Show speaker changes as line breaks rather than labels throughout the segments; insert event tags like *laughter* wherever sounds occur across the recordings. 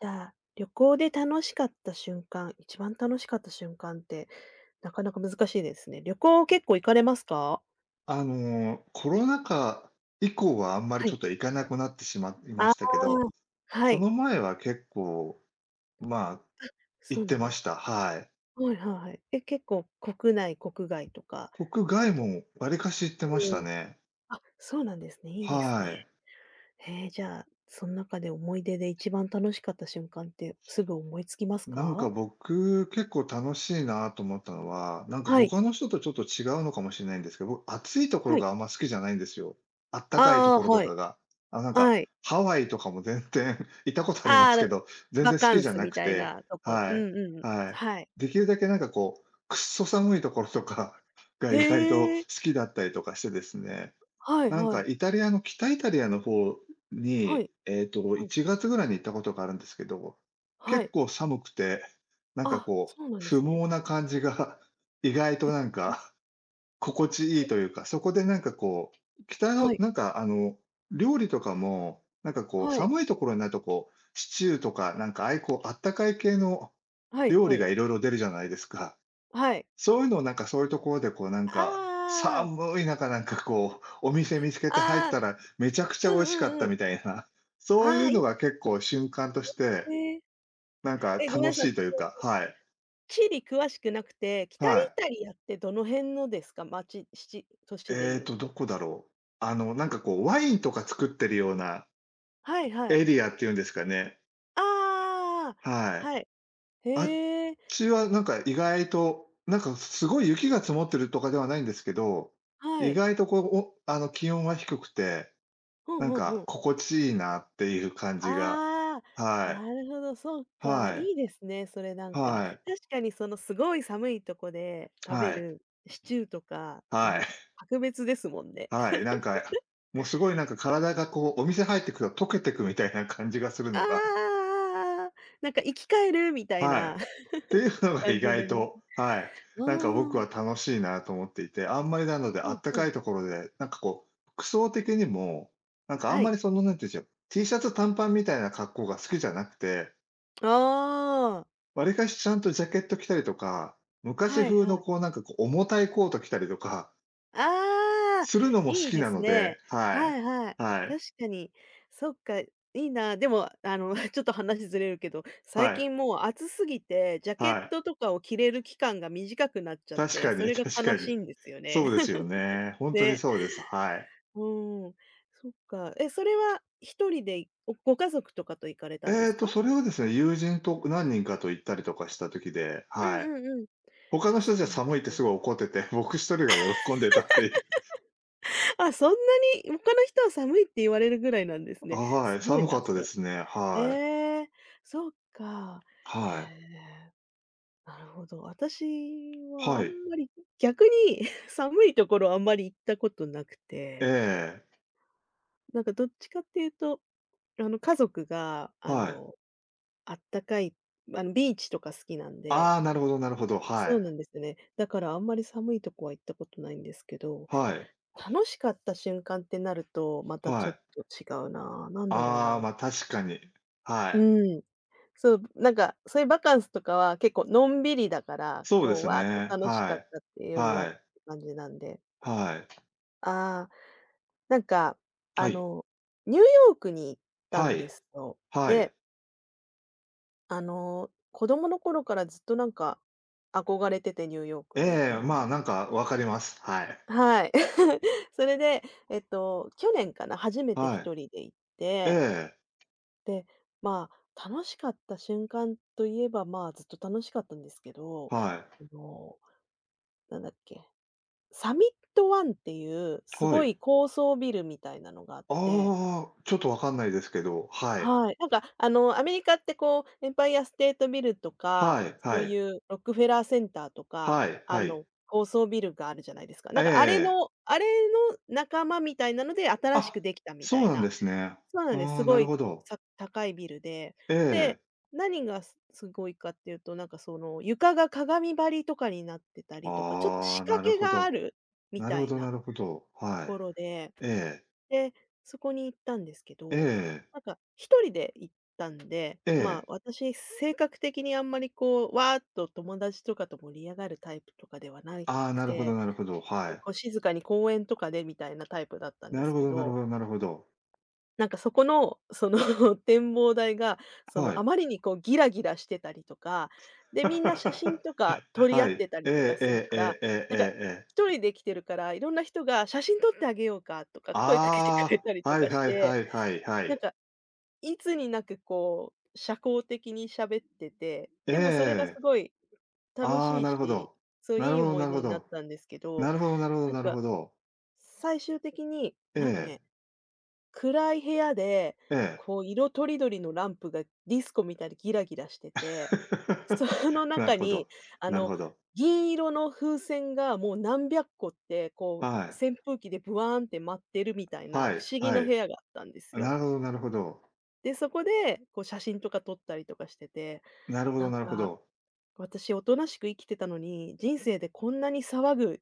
じゃあ、旅行で楽しかった瞬間、一番楽しかった瞬間って、なかなか難しいですね。旅行結構行かれますか？
あの、コロナ禍以降はあんまり
は
ちょ
い。
っと行かなくなってしまいま
ああ、
したけど、
は
そ
い、
の前は結構、まあ、行
そう
って
なん
ま
で
し
す。
た。はい。
はいはいはい。え、結構国内、国外とか。
国外もわりかし行ってました
うん。
ね。
あ、そうなんですね、いいです
は
ね。
い。
へえ、じゃあ、その中で思い出で一番楽しかった瞬間ってすぐ思いつきます
なんか
か？
僕、結構楽しいなと思ったのは、なんか
はい、
他の人とちょっと違うのかもしれないんですけど、僕、暑いところ
はい。
があんま好きじゃないんですよ。あったかいと
ああ、
ころと
は
か
い、
が。あ、なん
は
か、
い。
ハワイとかも全然 *laughs* 行ったことありま
あ
すけ
あ、
ど、全
バ
然好
カ
き
ン
じゃ
ス
な
み
く
たい
て、
なとこ。
は
う
い、
んうんうん。
はい。
はい。
できるだけなんかこう、くっそ寒いところとか *laughs* が意外と好
へえ。
きだったりとかしてですね。
はい
なん
は
か
い。
イタリアの北イタリアの方
は
に、
い。はい。
1月ぐらいに行ったことがあるんですけど、
は
結
い。
構寒くて、なんか
あ、
こう、
そうなんで
不
すね。
毛な感じが *laughs* 意外と
へ。
なん
うん。
か心地いいというか、そこでなんかこう、北
は
の
い。
なんかあの、料理とかも、なんかこう、
はい。
寒いところになるとこう、シチューとか、なんかああいうこう、あったかい系の
はい
料
は
理
い。
がいろいろ出るじゃないですか。
はい。
そういうのをなんかそういうところでこうなんか、
ああ。
寒い中なんかこう、お店見つけて入っ
あ
たらめちゃくち
あ、う
ゃ美
ん
味しかっ
うんう
た
ん。
みたいな、*laughs* そうい
ああ、
う
いい
のが結構瞬間として、
ね。
なんか
え、ごめん
楽
なさい、
しいとい
私、
うか、はい。
地理詳しくなくて、北イ
はい。
タリアってどの辺のですか？町、市、都市でいう
ど
と。
こだろう。あのなんかこうワインとか作ってるような
はいはい。
エリアっていうんですかね。
ああ、
はい。
はい。
あっ
へえ、
ちはなんか意外と、なんかすごい雪が積もってるとかではないんですけど、
は
意
い。
外とこう、おあの気温は低くて
ふん
なん
ふんふ
か、
ん。
心地いいなっていう感じが、
ああ、
はい、
なるほど、そうか、
はい、
いいですね、それなんか。
はい、
確かにそのすごい寒いとこで食べ
はい、
るシチューとか、
は
もう
い、
格別ですもんね。
はい、
*laughs*
なんか、もうすごいなんか体がこう、お店入ってくると溶けてくみたいな感じがするのが、
ああ、なんか生き返るみたい
はい、っ
な。
てい
*laughs*
うのが
感
意
じにな
外
ります。
と、はい、なんか僕
あ
は
あ、
楽しいなと思っていて、あんまりなのであ
うん
った
う
か
ん。
いところで、なんかこう、服装的にも、なんかあ
は
んま
い。
りその、なんていうんでしょう、T シャツ短パンみたいな格好が好きじゃなくて、
ああ、
わりかしちゃんとジャケット着たりとか、昔
はい
風の
は
こう
い。
なんかこう重たいコート着たりとか、
ああ、
するのも好
いい
き
で
な
す
ので、
ね。
はい。
はいはい。
はい。
確かに。そっか、いいな。でも、あの、*laughs* ちょっと話ずれるけど、最
はい。
近もう暑すぎて、ジャケ
は
ッ
い。
トとかを着れる期間が短くなっちゃっ
確
て、
か
そ
に
れが
確か
悲し
に。
いんですよ
そう
ね。
ですよね。
*laughs*
ほんとに
ね。
そうです。はい。
うん。そっか。え、それは一人で、ご家族とかと行かれたんですか？
それはですね、友人と何人かと行ったりとかした時で、
う
は
ん
い。
うんうん。
他の
あ、
人
そ
たち
う
は
なんで
寒いって
すね。
すごい怒ってて、僕一人が喜んでたっていう。
*laughs* あ、そんなに他の人は寒いって言われるぐらいなんです
あ、
ね。
は
す
い、
ごい
寒か
な、
った
そ
で
れ。
すね。
え
はい。
え、そっか。へえ、
はい。
なるほど。私はあ
は
ん
い。
まり、逆に *laughs* 寒いところあんまり行ったことなくて、
ええ。
なんかどっちかっていうと、あの、家族が、あ
はい。
の、あったかい、あの、ビーチとか好きなん
あ
で。
あ、なるほどなるほど、は
そう
い。
なんですね。だからあんまり寒いとこは行ったことないんですけど、
はい、
楽しかった瞬間ってなると、また
は
ちょっ
い。
と違うな、なんだろう
ああ、
な。
ま、確かに。はい。
うん。そう、なんか、そういうバカンスとかは結構のんびりだから、
そうで
こう、
す
わーっと
ね。
楽し
は
かっ
い。
たっていうよりは
は
って
い。
感じなんで。
はい。
ああ、なんか、
は
あ
い。
の、ニューヨークに行った
は
んで
い。
すよ。
は
で、
い。
あの、子供の頃からずっとなんか憧れてて、ニューヨークに行く
ええ、
の
まあ、
に。
なんかわかります。はい。
はい。*laughs* それで、去年かな、初めて
は
一
い。
人で行っ
え
て、
え、
で、まあ、楽しかった瞬間といえば、まあ、ずっと楽しかったんですけど、
はい。
あの、なんだっけ、サミットワンっていうす
は
ご
い。
い高層ビルみたいなのがあっ
あ
て、
あ、ちょっとわかんないですけど、はい。
はい、なんか、あの、アメリカってこう、エンパイアステートビルとか、
はい
そ
は
うい
い
うロックフェラーセンターとか、
はい
あ
はい。
の、高層ビルがあるじゃないですか。な
え
んかあれ
え。
のあれの仲間みたいなので、新し
あ、
くできたみ
そ
た
う
い
なんで
な。
すね。
そうなんです。
あ
す
あ、な
ご
る
い、
ほど。
高いビルで。
え
で、
え。
何がすごいかっていうと、なんかその床が鏡張りとかになってたりとか、ちょっと
あ
仕
あ、な
掛
る
け
ほ
があ
ど。
るみ
なる
た
ほ
い
どな
な
るほど。
と
はい。
ころで、
ええ、
で、そこに行ったんですけど、
え
なんか一人で行ったんで、
え、え
まあ、
え。
私性格的にあんまりこう、わーっと友達とかと盛り上がるタイプとかではな
ああ、
く
なるほ
て、
どなるほど、はい。
こう静かに公園とかでみたいなタイプだったん
な
で
る
す
ほ
け
どなるほ
ど、
どなるほど。
なんかそこの、その *laughs*、展望台が、そ
は
の、あ
い。
まりにこうギラギラしてたりとか、で、みんな写真
*laughs*
とか撮り合
はい。
ってた
え
りとか
え
する
ええ
か
え
ら、
ええ
なんか
えええ。
一人で来てるから、いろんな人が「写真撮ってあげようか」とか声かけてくれ
あ
たり
あ、
と
はい
かし
はいは
て、
いはいは
なん
い。
かいつになくこう、社交的に喋ってて、でもそれがす
ええ。
ごい楽
ああ、
しい
なるほ
し、
ど。
そう、
な
い
る
い
ほど
思
な
い
る
出
ほ
になっ
ど。
たんですけど、
なるほどなるほど
なん
なる
か
ほど。
最終的に、なんかね、
え
暗い部屋で、
え、ええ。
こう色とりどりのランプがディスコみたいにギラギラしてて、その
*laughs* なる
中
ほ
に
ど、
あ
なる
の、
ほど。
銀色の風船がもう何百個って、こ
はい。
う扇風機でブワーンって舞ってるみたいな
は
不
い
思議
は
な部
い。
屋があったんです
あ、
よ。
なるほどなるほど。
で、そこでこう写真とか撮ったりとかしてて、
なるほ
な
ど
ん
なるほどはい
か
はいはいなるほどなるほどなるほどなるほど
私おとなしく生きてたのに、人生でこんなに騒ぐ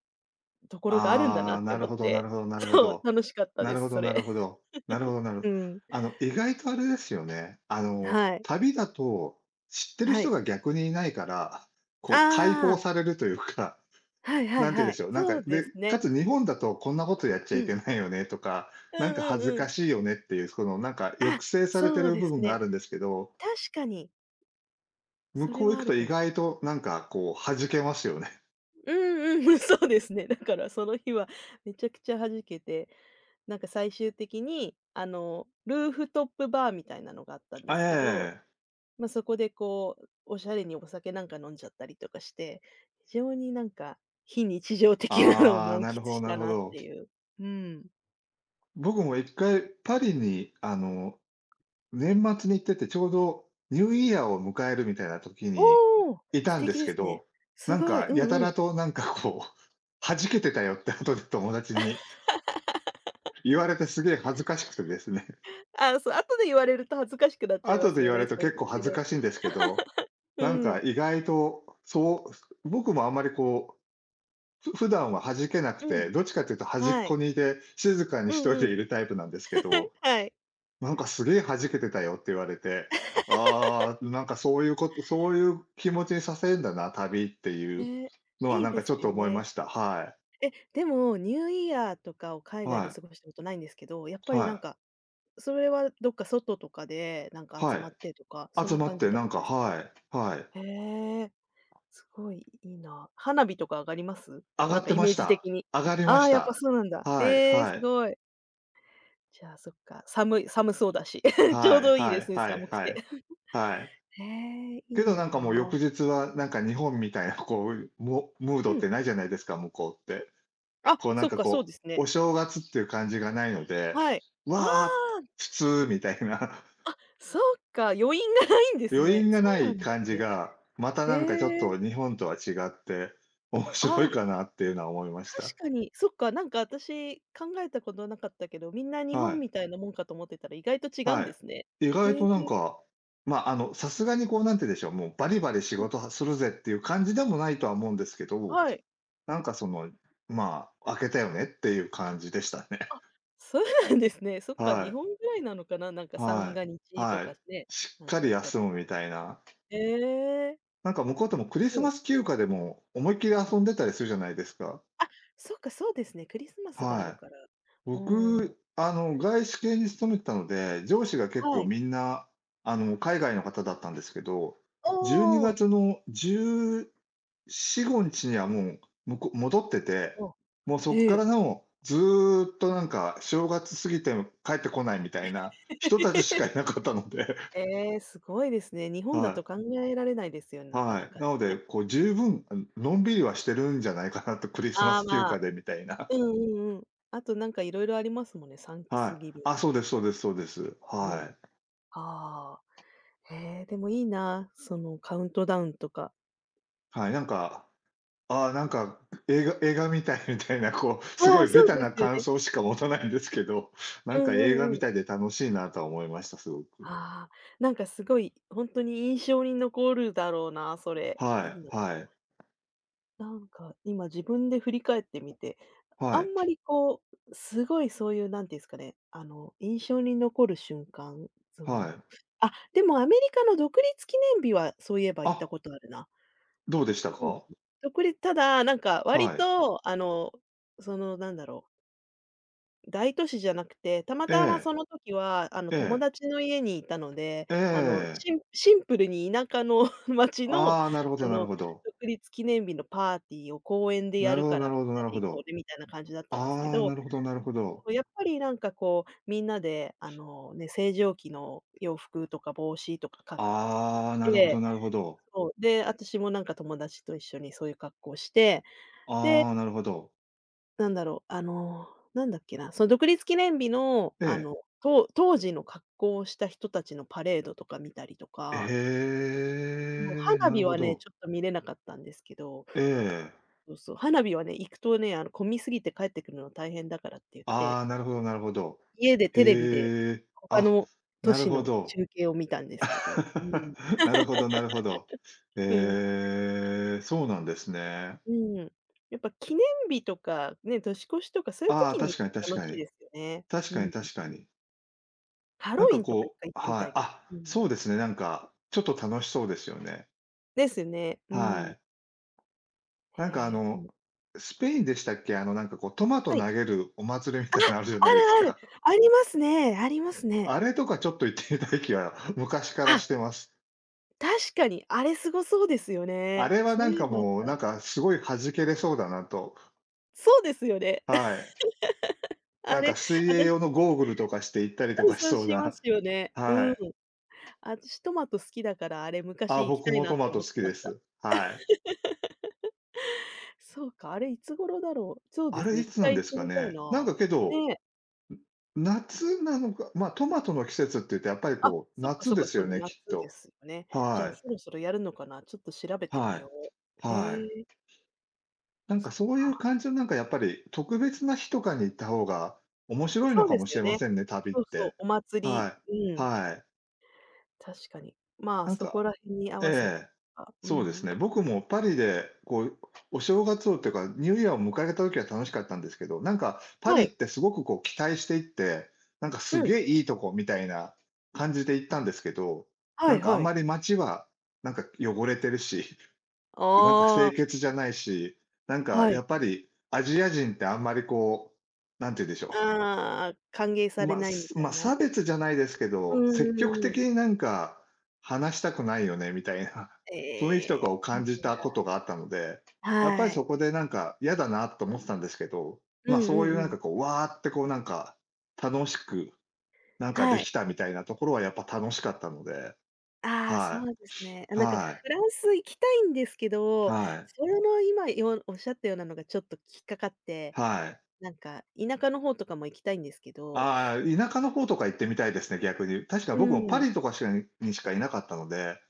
ところがあるんだな
あ
っ
あ、
て
なる
思っ
ほどなる
て、
ほどなるほ
そう、
ど。
楽しかった
な
で
るほ
す、
ど
そ
な
れ。
るほど。なるほどなるほど
うん。
あの、意外とあれですよね。あの、
はい。
旅だと、知ってる
は
人
い。
が逆にいないから、こう解放
ああ、
されるというか、
はい
*laughs*
はい
なんて言うん
は
で
い。
しょう、なんか、
そうで
で、
す
か
ね。
つ日本だとこんなことやっちゃ
う
い
ん。
けないよねとか、
う
なん
ん
か
うん
恥ず
うん。
かしいよねっていう、そのなんか抑
あ、
制されて
そう
る
で
部
す
分があ
ね。
るんですけど、
確かに、
向
それ
こう行
はあ
くと
るか
意
も。
外となんかこう弾けますよね。
うんうん、*laughs* そうですね。だからその日はめちゃくちゃ弾けて、なんか最終的に、あの、ルーフトップバーみたいなのがあったん
*laughs*
で
あ、
すけど、
ええ。
まあ、そこでこう、おしゃれにお酒なんか飲んじゃったりとかして、非常になんか非日常的なのを
ああ、
満喫
なるほど
し
な
た
るほ
なっ
ど。
ていう。うん。
僕も1回パリに、あの、年末に行ってて、ちょうどニューイヤーを迎えるみたいな時に
おお、
い
素
たんで
敵
す
で
け
すね。
ど、な
す
ん
ごい。
か
う
やた
んう
ら
ん。
となんかこう、弾けてたよって後で友達に言われてすげえ恥ずかしくてですね。
ああ、そう、後で言われると恥ずかしくなっ
*laughs*
ちゃいま
後で
す
言
よ
われ
ね、
ると
そうい
結
うの
構
って
恥ず
ね。
かしいんですけど、
う
なんか
ん。
意外と、そう、僕もあんまりこう、普段は弾けなく
うん。
て、どっちかというと端っ
はい。
こにいて、静かに
う
一
ん
人
う
で
ん。
いるタイプなんですけど、
はい。
なんかすげえ弾けてたよって言われて、ああ、なんかそういうことそういう気持ちにさせるんだな、旅っていう
ね、
のは
いい
なん
で
かち
す
ょっと
よ
思いま
ね。
した。はい。
え、でも、ニューイヤーとかを海外で
は
過
い。
ごしたことないんですけど、やっぱり
は
なんか、
い。
それはどっか外とかで、なんか
は
集まって
い。
とか、そん
集
な
まっ
感じ
て、
だ
な
っ
ん
たん
か、
ですか？
はい。はい。
へえ、すごいいいな。花火とか上がります？
上が
なん
っ
か
て
イ
ま
メー
し
ジ
た。
的に。
上がりま
あ
し
あ、やっぱ
た。
そうなんだ。
はい、
ええ、
は
す
い。
ごい。じゃあ、そっか、寒い寒そうだし、*laughs* ちょ
は
う
い
どいい
は
で
い
すね、
はい
寒く
は
て。
い。はい。
へえ、
け
いい
どなんかもう翌
なあ。
日はなんか日本みたいなこう、もムー
う
ドっ
ん。
てないじゃないですか、向こうって。
あ、
こうなん
そっ
か
か、そう
こ
です
う、
ね。
お正月っていう感じがないので、
はい。あ
わあ、
あ、
普通みたいな、
そっか、余韻がないん
*laughs*
です
余
ね。
韻が
そ
な
うな
い
んで
感
す
じ
ね。
が、また
へ
なんかちょっと
え。
日本とは違って、面白い
ああ、
かなっていうのは思いました。
確かに、そっか、なんか私考えたことなかったけど、みんな日
は
本
い、
みたいなもんかと思ってたら意外と違う
は
んですね。
い。意外
へえ、
となんか、まあ、あの、さすがにこうなんて言うんでしょう、もうバリバリ仕事はするぜっていう感じでもないとは思うんですけど、
はい。
なんかその、まあ、明けたよねっていう感じでしたね。
あ、そうなんですね。そ
*laughs*
っか、
は
日
い、
本ぐらいなのかな、なんか三
は
が
い、
日と
は
か
い。
ね、
しっ
なん
か
か
り
やったり。
休むみたいな。
へえ、
なんか向こうとも
面
クリス
白
マ
い。
ス休暇でも思いっきり遊んでたりするじゃないですか。
そっか、そうですね、クリスマスがある
はい。
から。うーん。
僕、あの、外資系に勤めてたので、上司が結
は
構
い。
みんな、あの、海外の方だったんですけど、
お
12
ー。
月の14、日にちにはもう、向こう戻ってて、
お、ー。お、
もうそこ
へ
から
え。
のずーっとなんか正月過ぎても帰ってこないみたいな人たちしかい
*laughs*
なかったので、
えーすごいですね。日
*laughs*
本
は
だと考
い。
えられないですよね、なかな
はい。
か
なので、
ね。
こう十分、あののんびりはしてるんじゃないかなと、クリスマ
ああ、
ス休
ま
暇
あ、
でみたいな。
うんうんうん。あとなんかいろいろありますもんね、サン
*laughs*
クス
はい。
ギビン
あ、そ
グ
うで
とか。
すそうですそうです。
う
は
ん。
い。
ああ、へえ、でもいいな、そのカウントダウンとか。
はい、なんか、ああ、なんか映画みたいな、こう、す
あ
ご
あ、
いベ
そう
タ
で
な
すよ
感
ね。
想しか持たないんですけど、な
う
んか
ん
映
う
画
んう
み
ん。
たいで楽しいなとは思いました、すごく。
ああ、なんかすごい、本当に印象に残るだろうな、それ。い
は
いね、
いはい
なんか今自分で振り返ってみて
は
あ
い
んまりこう、すごいそういうなんていうんですかね、あの、印象に残る瞬間、そ
はい。
の、あ、でもアメリカの独立記念日はそういえば行っ
あ、
たことあるな。
どうでした
そうで
か？
すね。独立ただ、なんか割
はい。
と、そのなんだろ大都市じゃなくて、たまたま
え
その時は、
え、え
友
え、
達の家にいたので、
ええ。
シンプルに田舎の *laughs* 町の、
ああ、なるほどなるほど。
独立記念日のパーティーを公園で
な
や
る
る
ほど
から
な
み
る
ん
ほどな
な
る
で
ほ
行こ
ど。
うねみたいな感じだったんですけ
ああ、
ど、
なるほどなるほど。
やっぱりなんかこう、みんなであのね、星条旗の洋服とか帽子とか買っ
ああ、なるほど
て、
なるほど。
そう、で、私もなんか友達と一緒にそういう格好して、で、
ああ、なるほど。
なんだろう、あの、なんだっけな、その独立記念日の
ええ。
当時の格好をした人たちのパレードとか見たりと
え、
か、もう
へえ、
花
なる
火
ほ
はね、
ど。
ちょっと見れなかったんですけど、
ええ。
そうそう、花火はね、行くとね、混みすぎて帰ってくるの大変だからって言って
ああ、なるほどなるほど。
家で
へ
テレビで、
え。
他
あ、
の都
なる
市
ほ
の
ど。
中継を見たんですけど、うん。
*laughs* なるほどなるほど。
うん。
ええ、そうなんです
で、
ね。
うん。やっぱ記念日とか、ね、年越しとかそういう
ああ、
時に
確
行
かに
くと
確
楽
か
しい
に。
ですよね。
確
う
かに
ん。
確かに。
ハ
なん
ロウ
か
ィンとかい
こ
っかい行
う
ってみ
は
た
い。
いけ
あ、
ど。う
そ
ん。
うですね、ちょっと楽しそうですよね。
ですよね。う
は
ん。
い。なんかあ
へえ、う
の、
ん。
スペインでしたっけ？トマト
はい。
投げるお祭りみたいなのあるじゃ
あ
な
る、
いです
ある。
か。*laughs*
ありますね、ありますね。
あれとかちょっと行ってみたい気は昔から
あ、
してます。
確かに、あれすごそうですよ
あ
ね。
れは
そう
なん
いえ
か
ばあっ
もう、な
た。
んかすごい弾けれそうだなと。
そうですよね。
は
*laughs*
い。な
あ
んか
れ、
水泳
私
用のゴーグルとかして行ったりと
うん、
かし
そう
そう
しま
な、
すよね。
は
うん。
い。
あ、私トマト好きだから、あれ
あ、
昔行き
僕
たい
も
な
ト
っ
マ
て
ト
思
好
っ
き
てま
で
した。
す。はい。
そうか、あれいつ頃だろう。そう
あ
です
れ
ね、
い
一
つなん
回
で
行っ
す
て
か
みたい
ね？
な。
けど、
ね。
夏なのか、ま、トマトの季節って言ってやっぱり
あ、
こう、
そっか
夏
そっ
で
か、
す
そ
よ
うだ、
ね、
夏
きっ
で
と。
すよね。じゃあ、
は
そ
い。
ろそろやるのかな、ちょっと調べて
は
み
い。
よう。
は
へ
い。
え、そっ
そういう感
か。
じのやっぱり、特別な日とかに行った方が面白いの
そう
か
で
も
す
し
よ
れま
ね。
せんね、旅っ
そうそう、
て。
お祭り、
は
う
い。
ん、
はい。
確かに。まあ、
なん
そこ
か
ら辺に合わせ
え
て
え。
か、う
そうです
ん。
ね。僕もパリでこう、お正月をっていうか、ニューイヤーを迎えた時は楽しかったんですけど、なんかパリ
は
っ
い。
てすごくこう期待して行って、なんかす
うん、
げえいいとこみたいな感じで行ったんですけど、
は
な
い
んかあ
は
んま
い。
り街はなんか汚れてるしなんか
あ
清
あ、
潔じゃないし、なんか
は
や
い。
っぱりアジア人ってあんまりこう、なんて言うんでしょ
ああ、歓迎
う。
され
まあ、
ないみたいな。
差別じゃないですけ
う
ど、
ん
積
う
極
んうん。
的になんか話したくないよねみたいな *laughs* 雰囲気と
え
か
え、
を
そう
感じ
なん
たこ
だ。
とがあったので、やっぱり
は
そ
い。
こでなんか嫌だなと思ってたんですけど、
う
ま、
ん
そう
う
い
ん
うなん
うん。
かこう、わーってこうなんか、楽しくなんかで
はい。
きたみたいなところはやっぱ楽しかったので、
ああ、そ
は
うですね。あ、
い。
なんか
はい。
フランス行きたいんですけど、
はい。
それの今よおっしゃったようなのがちょっと引っかかって、
はい。
なんか田舎の方とかも行きたいんですけど、
ああ、田舎の方とか行ってみたいですね、逆に。確か
う
僕もパ
ん、
リとかしかににしかいなかったので、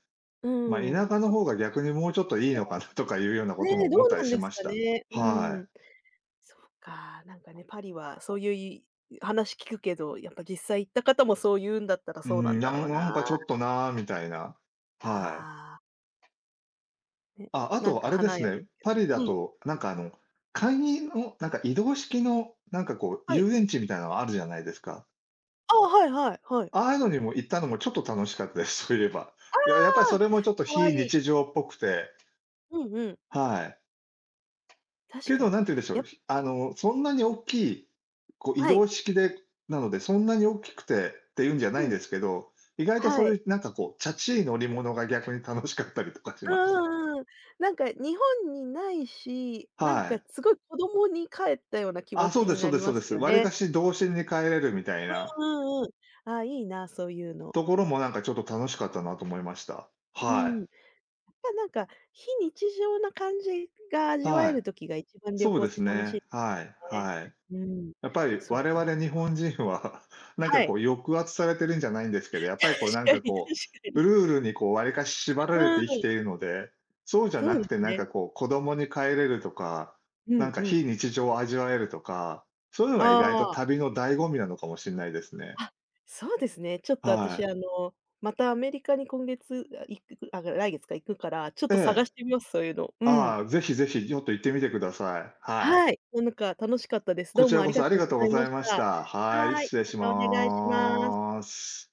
う
まあ、
ん、
田舎の
そっ
方
ち
が
の
逆にもう
方行
ちょっといい
っ
のかなとかいうような
た
こ
ら
とも
ね、ど
思っ
う
た
な
り
ん
し
です
まし
か
た。
ね。う
は
ん。そうか、なんかね、パリはそういうい話聞くけど、やっぱ実際行った方もそう言うんだったら
い。う
そうな
ん、
ん
な
だろ
ん
う
なん
な。
かちょっとなーみたいな。はい。
ああ。ね、
あ、あ
なん
と
か
あれで
花
す
やったん
ね、
だけ
パリだ
どうん、
と、なんかあの、簡易のなんか移動式の、なんかこう
はい。
遊園地みたいなのあるじゃないですか。
ああ、はいはいはい。
ああいうのにも行ったのもちょっと楽しかったです、そういえば。やっぱり
あ
そ
あ、
れもちょっと
可
非
愛い。
日常っぽくて、
うんうん、
はい。
確
け
か
ど、
に。
なんて言うんでしょう、
や、
あの、そんなに大きい、こう移
はい。
動式でなので、そんなに大きくてっていうんじゃないん
う
で
ん、
すけど、意外とそ
は
う
い。
いうなんかこう、チャチい乗り物が逆に楽しかったりとかし
う
ました。
んうんうん。なんか日本にないし、なん
は
か
い。
すごい子供に帰ったような気持
あ、そう
ち
で
に
すそ
な
うで
り
すそ
ま
うで
す
す。
よ
わりか
ね。
し童心に帰れるみたいな
うんうんうん。ああ、いいな、そういうの。
ところもなんかちょっと楽しかったなと思いました。
うん。
は
やっぱなんか、非日常な感じが
い。
味わ
は
え
い。
る時が一番旅
そう
行
で
って
す
楽し
ね。
い
はい、
ね。
はい。
うん、
やっぱり
そう
我
か。
々日本人は *laughs* なんか
は
こ
い。
う抑圧されてるんじゃないんですけど、や
*laughs*
っぱりこうなん
確か
か
に確
こ
か
う、
に。
ルールにこう割かし縛られて生
う
き
ん。
ているので、そうじゃ
そ
な
う
く
で
て
す
なん
ね。
かこう子供に帰れるとか、
う
なん
ん
か
うん。
非日常を味わえるとか、そういうのが意外と
ああ、
旅の醍醐味なのかもしれないですね。
あ、そうですね。ちょっと私、
は
またアメリカに今月、あ、行くあ、来月か、行くか
い。
ら、ちょっ
え
と探
え。
してみます、そういうの。うん。
ああ、ぜひぜひちょっと行ってみてください。はい。
はい。なんか楽しかったです。
こ
どう
ち
も
ら
あ
こ
り
そ
が
あり
とう
が
ご
とう
ざ
ご
い
ざ
ま
い
し
まし
た。
た。はい、
はい、
失礼
ま
し
たお願いします。
ます。